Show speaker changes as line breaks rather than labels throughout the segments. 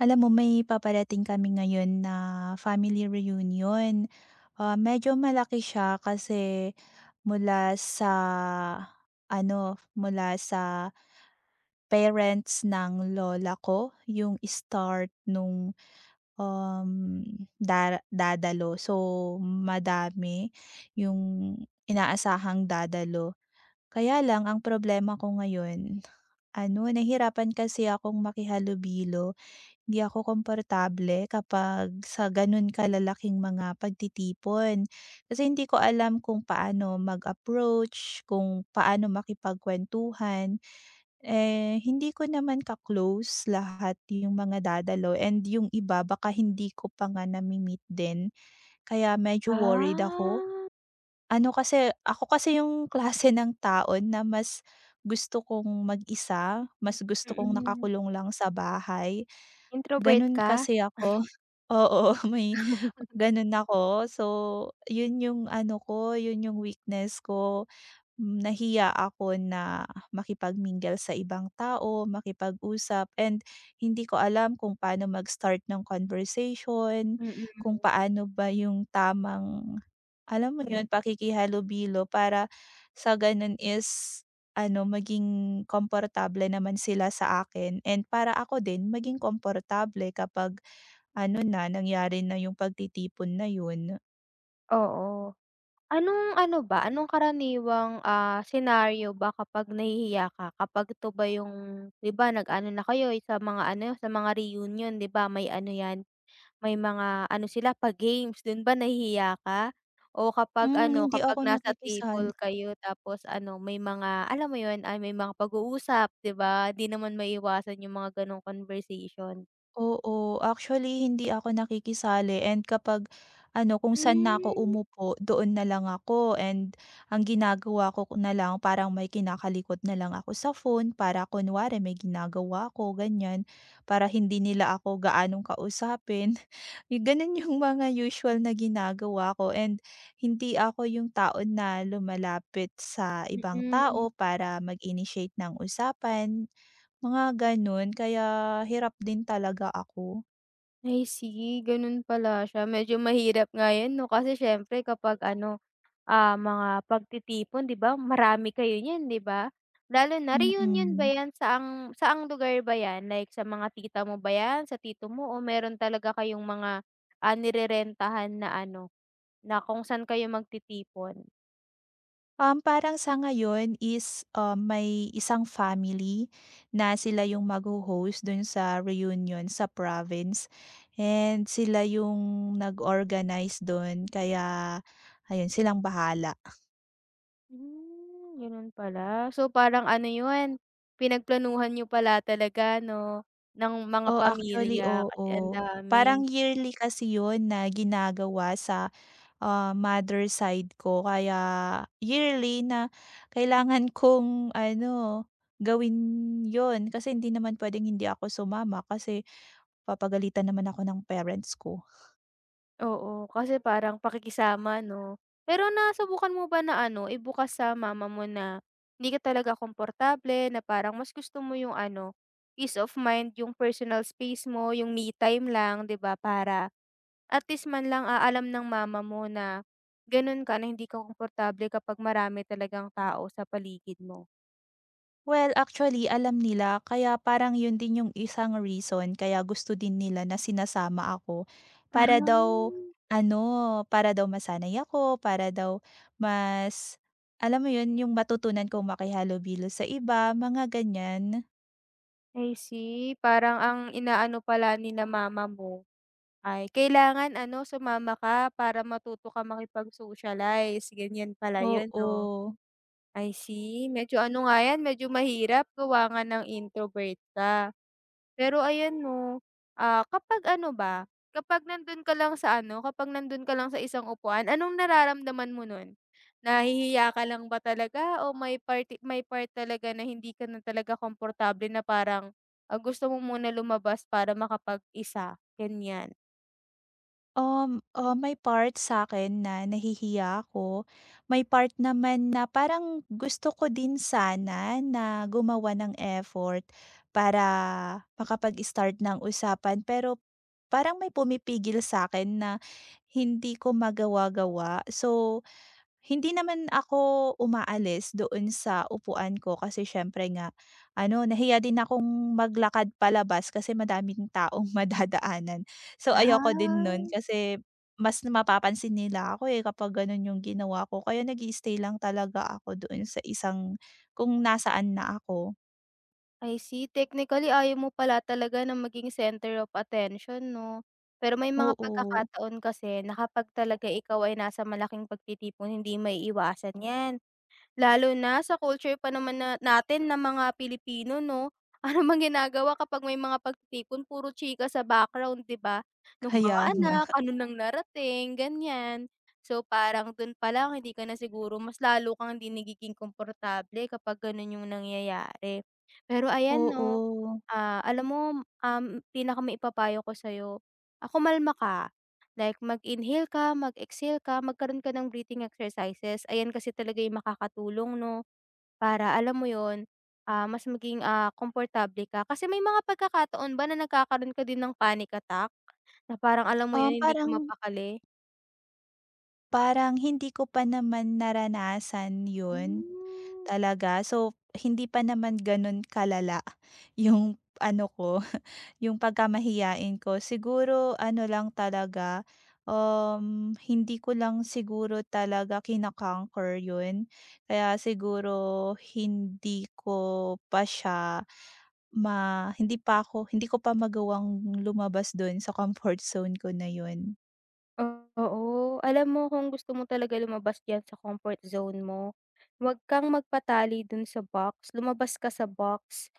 Alam mo, may paparating kami ngayon na family reunion. Medyo malaki siya kasi mula sa mula sa parents ng lola ko yung start nung, um, dara dadalo. So, madami yung inaasahang dadalo. Kaya lang ang problema ko ngayon, ano, nahihirapan kasi akong makihalubilo, hindi ako komportable kapag sa gano'n kalalaking mga pagtitipon. Kasi hindi ko alam kung paano mag-approach, kung paano makipagkuwentuhan. Eh, hindi ko naman ka-close lahat yung mga dadalo, and yung iba baka hindi ko pa nga nami-meet din, kaya medyo worried ako.
Ah,
Ano kasi, ako kasi yung klase ng taon na mas gusto kong mag-isa, mas gusto kong
Mm.
nakakulong lang sa bahay.
Introvert
Gano'n
ka?
kasi ako. Oo, may gano'n ako. So, 'yun yung ano ko, 'yun yung weakness ko. Mm, nahiya ako na makipag-mingle sa ibang tao, makipag-usap, and hindi ko alam kung paano mag-start ng conversation,
Mm,
kung paano ba yung tamang, alam mo 'yun, pakikihalubilo para sa gano'n is ano, maging komportable naman sila sa akin, and para ako din maging komportable kapag ano na, nangyari na yung pagtitipon na yun.
oo. Anong ano ba, anong karaniwang, senaryo ba kapag nahihiya ka? Kapag ito ba yung 'di ba nag-ano na kayo eh, sa mga ano, sa mga reunion, 'di ba may ano 'yan, may mga ano sila pa-games, dun ba nahihiya ka? O kapag
Hmm,
ano,
hindi ako
kapag nasa
nakikisali.
table kayo tapos ano, may mga alam mo yun, may mga pag-uusap 'di ba, 'di naman maiiwasan yung mga gano'ng conversation?
Oo, actually hindi ako nakikisali, and kapag ano, kung saan na ako
Hmm.
umupo, doon na lang ako. And ang ginagawa ko na lang, parang may kinakalikot na lang ako sa phone para kunwari may ginagawa ako, ganyan. Para hindi nila ako gaanong kausapin. Yung ganun yung mga usual na ginagawa ko, and hindi ako yung tao na lumalapit sa ibang
Mm.
tao para mag-initiate ng usapan, mga gano'n, kaya hirap din talaga ako.
I see, ganun pala siya. Medyo mahirap nga 'yan 'no, kasi siyempre kapag ano, mga pagtitipon 'di ba, marami kayo niyan 'di ba? Lalo na reunion ba
Mm.
'yan, saang saang lugar ba 'yan? Like sa mga tita mo ba 'yan, sa tito mo o meron talaga kayong mga, nirerentahan na ano, na kung saan kayo magtitipon?
Parang sa ngayon is, may isang family na sila yung magho-host dun sa reunion sa province, and sila yung nag-organize dun, kaya ayun, silang bahala.
Hmm, ganun pala. So parang ano 'yun, pinagplanuhan niyo pala talaga 'no, ng mga
Oh,
pamilya
actually
kasi ang
oo.
dami.
Parang yearly kasi yun na ginagawa sa mother side ko, kaya yearly na kailangan kong ano, gawin yon, kasi hindi naman puwedeng hindi ako sumama, kasi papagalitan naman ako ng parents ko.
Oo, kasi parang pakikisama 'no. Pero nasubukan mo ba na ano, ibukas sa mama mo na hindi ka talaga komportable, na parang mas gusto mo yung ano, peace of mind, yung personal space mo, yung me time lang, 'di ba? Para at least man lang, alam ng mama mo na gano'n ka, na hindi ka komportable kapag marami talagang tao sa paligid mo.
Well, actually alam nila, kaya parang 'yun din yung isang reason kaya gusto din nila na sinasama ako,
Ah,
para daw ano, para daw masanay ako, para daw mas alam mo 'yun, yung matutunan kong makihalubilo sa iba, mga ganiyan.
I see. Parang ang inaano pala ni na mama mo ay, kailangan ano, sumama ka para matuto ka makipag-socialize, ganyan pala yun 'no?
Oo.
I see, medyo ano nga yan, medyo mahirap gawa nga ng introvert ka. Pero ayan 'no, kapag ano ba, kapag nandun ka lang sa ano, kapag nandun ka lang sa isang upuan, anong nararamdaman mo nun? Nahihiya ka lang ba talaga o may parti may part talaga na hindi ka na talaga komportable na parang, gusto mo muna lumabas para makapag-isa, ganyan?
May part sa akin na nahihiya ako. May part naman na parang gusto ko din sana na gumawa ng effort para makapag-start ng usapan, pero parang may pumipigil sa akin na hindi ko magawa-gawa. So hindi naman ako umaalis doon sa upuan ko, kasi siyempre nga ano, nahiya din akong maglakad palabas kasi madaming taong madadaanan. So, ayoko din
Ah.
nun kasi mas mapapansin nila ako, eh, kapag gano'n yung ginawa ko, kaya nag stay lang talaga ako doon sa isang kung nasaan na ako.
I see. Technically, ayaw mo pala talaga na maging center of attention 'no? Pero may mga
Oo,
pagkakataon kasi na kapag talaga ikaw ay nasa malaking pagtitipon, hindi maiiwasan 'yan. Lalo na sa culture pa naman na natin ng mga Pilipino 'no, ano bang ginagawa kapag may mga pagtitipon, puro chika sa background 'di ba? Nung mga
kaya
Mm.
nga.
anak, ano nang narating, ganyan. So parang dun pa lang hindi ka na siguro, mas lalo kang hindi nagiging komportable kapag ganun yung nangyayari. Pero ayan 'no.
Oo.
Alam mo, um, pinakamaipapayo ko sa'yo, kumalma ka. Like mag-inhale ka, mag-exhale ka, magkaroon ka ng breathing exercises. Ayan kasi talaga yung makakatulong 'no, para alam mo yon, mas maging, komportable ka. Kasi may mga pagkakataon ba na nagkakaroon ka din ng panic attack na parang alam mo
um,
'yun, hindi ka
parang
mapakali?
parang hindi ko pa naman naranasan yun.
Hmm.
Talaga? So, hindi pa naman gano'n kalala yung ano ko, yung pagkamahiyain ko. Siguro ano lang talaga, hindi ko lang siguro talaga kina yun. Kaya siguro hindi ko pa siya ma hindi pa ako hindi ko pa magawang lumabas dun sa comfort zone ko na yun.
Oo, alam mo kung gusto mo talaga lumabas diyan sa comfort zone mo, huwag kang magpatali dun sa box, lumabas ka sa box.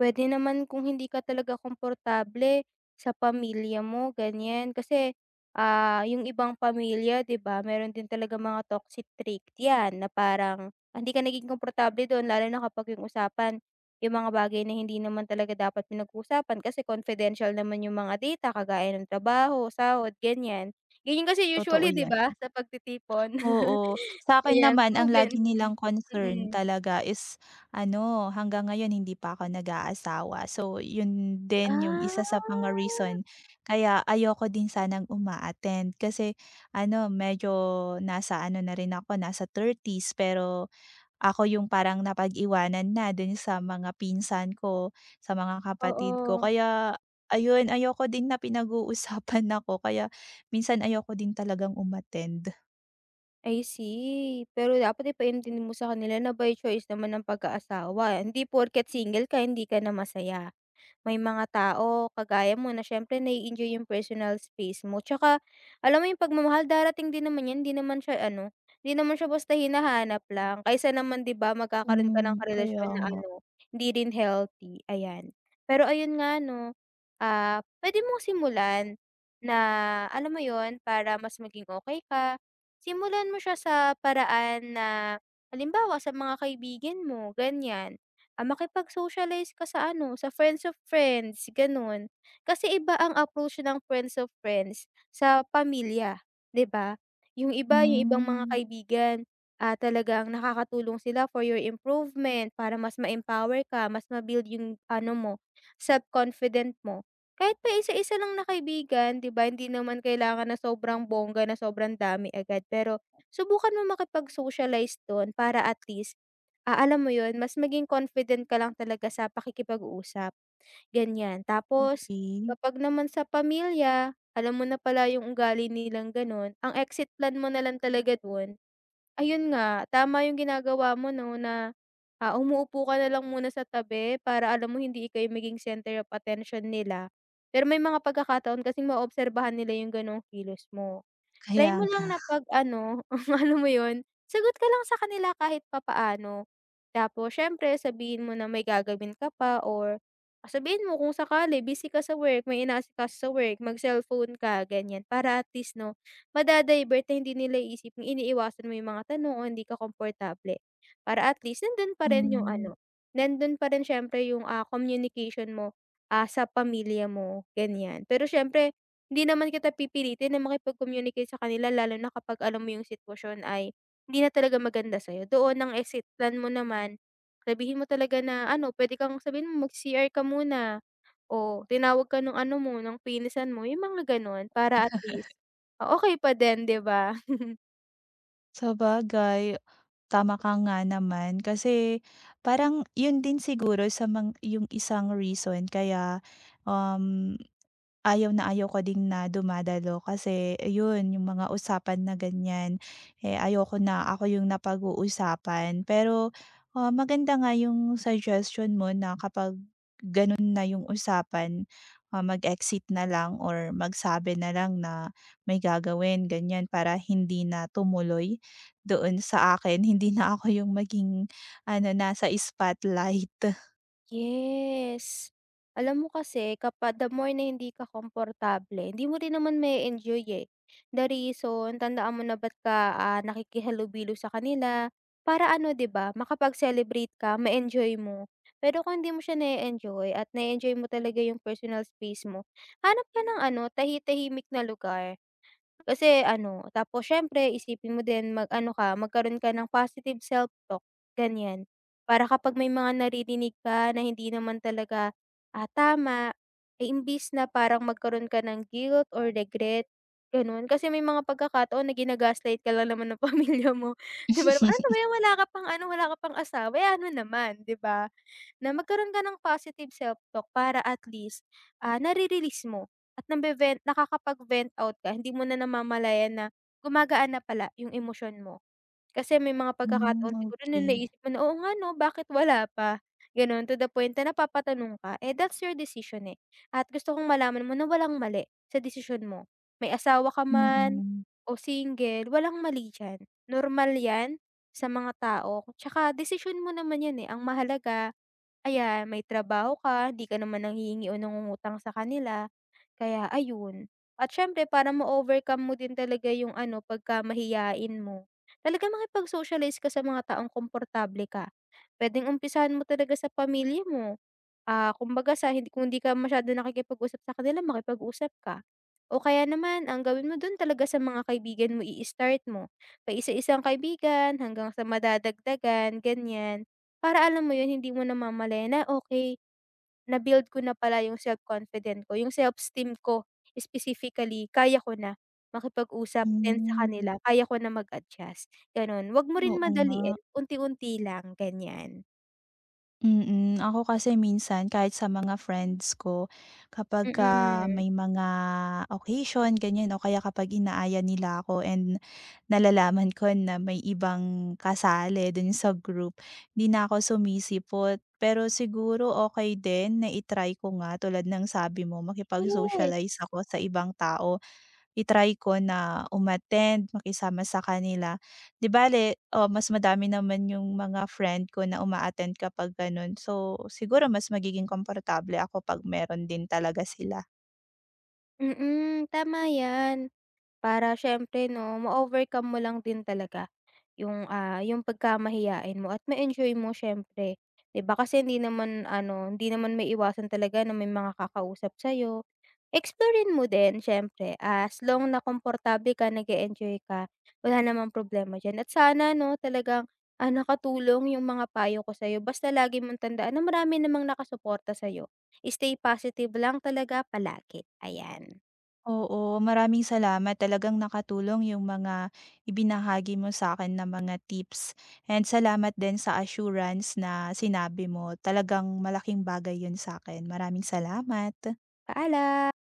Pwede naman kung hindi ka talaga komportable sa pamilya mo ganiyan, kasi, yung ibang pamilya 'di ba meron din talagang mga toxic trait 'yan na parang, hindi ka naging komportable dun lalo na kapag yung usapan, yung mga bagay na hindi naman talaga dapat pinag usapan, kasi confidential naman yung mga data kagaya ng trabaho, sahod, ganyan. Ganyan kasi
Totoo
usually 'di
yan.
ba sa pagtitipon?
Oo, sa'kin
Ayan,
naman ang lagi
proven.
nilang concern
Mm.
talaga is ano, hanggang ngayon hindi pa ako nag-aasawa. So, yun din yung
Ah,
isa sa mga reason kaya ayoko din sanang uma-attend, kasi ano, medyo nasa ano na rin ako, nasa thirties, pero ako yung parang napag-iwanan na dun sa mga pinsan ko, sa mga kapatid ko.
oo,
Kaya ayun, ayoko din na pinag-uusapan ako, kaya minsan ayoko din talagang umattend.
I see. Pero dapat ipaintindi mo sa kanila na by choice naman ang pag-aasawa, hindi porket single ka hindi ka na masaya. May mga tao kagaya mo na siyempre na enjoy yung personal space mo. Tsaka alam mo yung pagmamahal darating din naman yan, hindi naman siya ano, hindi naman siya basta hinahanap lang. Kaysa naman 'di ba magkakaroon ka
Hmm,
ng
kaya
karelasyon na
nga.
ano, hindi rin healthy, ayan. Pero ayun nga 'no, puwede mong simulan na alam mo yon, para mas maging okay ka, simulan mo siya sa paraan na halimbawa sa mga kaibigan mo, ganyan. Makipag-socialize ka sa ano, sa friends of friends, gano'n. Kasi iba ang approach ng friends of friends sa pamilya, 'di ba? Yung iba, yung Mm. ibang mga
Hmm,
kaibigan, talagang nakakatulong sila for your improvement, para mas ma-empower ka, mas ma-build yung ano mo, self-confident mo. Kahit pa isa-isa lang na kaibigan, 'di ba, hindi naman kailangan na sobrang bongga, na sobrang dami agad. Pero subukan mo makipag-socialize do'n para at least alam mo 'yun, mas maging confident ka lang talaga sa pakikipag-usap, ganyan. Tapos
okay.
kapag naman sa pamilya, alam mo na pala yung ugali nilang gano'n, ang exit plan mo na lang talaga do'n, ayun nga, tama yung ginagawa mo 'no na, umuupo ka na lang muna sa tabi para alam mo hindi ikaw yung maging center of attention nila. Pero may mga pagkakataon kasing maobserbahan nila yung gano'ng kilos mo. Try
Kaya
mo
nga.
lang na 'pag ano, alam mo yun, sagot ka lang sa kanila kahit papaano. Tapos siyempre sabihin mo na may gagawin ka pa or sabihin mo kung sakali busy ka sa work, may inaasikaso sa work, mag-cellphone ka, ganyan. Para at least 'no, mada-divert na hindi nila iisip iniiwasan mo yung mga tanong o hindi ka komportable. Para at least nandun pa rin yung
Hmm,
ano, nandun pa rin siyempre yung, communication mo, sa pamilya mo, ganyan. Pero siyempre hindi naman kita pipilitin na makipag-communicate sa kanila lalo na kapag alam mo yung sitwasyon ay hindi na talaga maganda sa'yo. Doon ang exit plan mo naman, sabihin mo talaga na ano, pwede kang sabihin mo mag r ka muna o tinawag ka nung ano mo, ng pinsan mo, yung mga gano'n para at least, okey pa din, 'di ba?
sabagay tama ka nga naman kasi parang yun din siguro sa mang yung isang reason kaya, um Ayaw na ayaw ko ding na dumadalo kasi yun yung mga usapan na ganyan, eh, ayaw ko na, ako yung napag-uusapan. Pero, ah, maganda nga yung suggestion mo na kapag ganun na yung usapan, ah, mag-exit na lang or magsabi na lang na may gagawin, ganyan, para hindi na tumuloy doon sa akin. Hindi na ako yung maging ano, nasa spotlight.
Yes. Alam mo kasi kapag the more na hindi ka komportable, hindi mo rin naman may enjoy eh. The reason, tandaan mo na ba't ka, nakikihalubilo sa kanila para ano, 'di ba, makapag-celebrate ka, ma-enjoy mo. Pero kung hindi mo siya na enjoy at na enjoy mo talaga yung personal space mo, hanap ka ng ano, tahi-tahimik na lugar. Kasi ano, tapos siyempre isipin mo din mag-ano ka, magkaroon ka ng positive self-talk, ganyan. Para kapag may mga naririnig ka na hindi naman talaga, tama, eh, imbis na parang magkaroon ka ng guilt or regret, gano'n. Kasi may mga pagkakataon na gina-gaslight ka lang naman ng pamilya mo, 'di ba, "Ano ba 'yan, wala ka pang ano, wala ka pang asawa, eh, ano naman," 'di ba? Na magkaroon ka ng positive self-talk para at least, nare-release mo at nabevent nakakapag-vent out ka, hindi mo na namamalayan na gumagaan na pala yung emosyon mo. Kasi may mga Hmm.
Hmm,
pagkakataon siguro na
okey.
naisip mo na, "Oo nga 'no, bakit wala pa?" Gano'n to the point na napapatanong ka, eh, that's your decision, eh, at gusto kong malaman mo na walang mali sa decision mo. May asawa ka Hmm. man
Mm.
o single, walang mali diyan. Normal 'yan sa mga tao, 'tsaka decision mo naman 'yan, eh, ang mahalaga Ayan, may trabaho ka, di ka naman nanghihingi o nangungutang sa kanila, kaya ayun. At siyempre para ma-overcome mo din talaga yung ano, pagka mahiyain mo, talaga makipag-socialize ka sa mga taong komportable ka. Pwedeng umpisahan mo talaga sa pamilya mo. Kumbaga sa hindi, kung hindi ka masyado nakikipag-usap sa kanila, makipag-usap ka. O kaya naman ang gawin mo dun talaga sa mga kaibigan mo i-start mo, paisa-isang kaibigan hanggang sa madadagdagan, ganyan. Para alam mo yun, hindi mo namamalayan na okay, na-build ko na pala yung self-confident ko, yung self-esteem ko specifically, kaya ko na makipag-usap din sa
Hmm,
kanila, kaya ko na mag-adjust, gano'n. Wag mo rin
oo nga.
madaliin, unti-unti lang, ganyan.
Mm, ako kasi minsan kahit sa mga friends ko, kapagka
Mm,
may mga occasion ganyan, o kaya kapag inaaya nila ako and nalalaman ko na may ibang kasali dun sa group, 'di na ako sumisipot. Pero siguro okay din na i-try ko nga, tulad ng sabi mo, makipag-socialize
yes.
ako sa ibang tao. Itry ko na umattend, makisama sa kanila. 'Di bale, oh, mas madami naman yung mga friend ko na uma kapag gano'n. So, siguro mas magiging komportable ako 'pag meron din talaga sila.
Mm, tama yan. Para siyempre 'no, ma-overcome mo lang din talaga yung, yung pagkamahiyain mo at ma-enjoy mo siyempre, 'di ba? Kasi hindi naman ano, hindi naman maiiwasan talaga na may mga kakausap sa'yo. Explorin mo din siyempre as long na komportable ka, nag-e-enjoy ka, wala namang problema diyan. At sana 'no, talagang, nakatulong yung mga payo ko sa'yo basta lagi mong tandaan na marami namang nakasuporta sa'yo. Stay positive lang talaga palagi, ayan.
Oo, maraming salamat. Talagang nakatulong yung mga ibinahagi mo sa akin na mga tips, and salamat din sa assurance na sinabi mo. Talagang malaking bagay yun sa akin. Maraming salamat.
Paalam.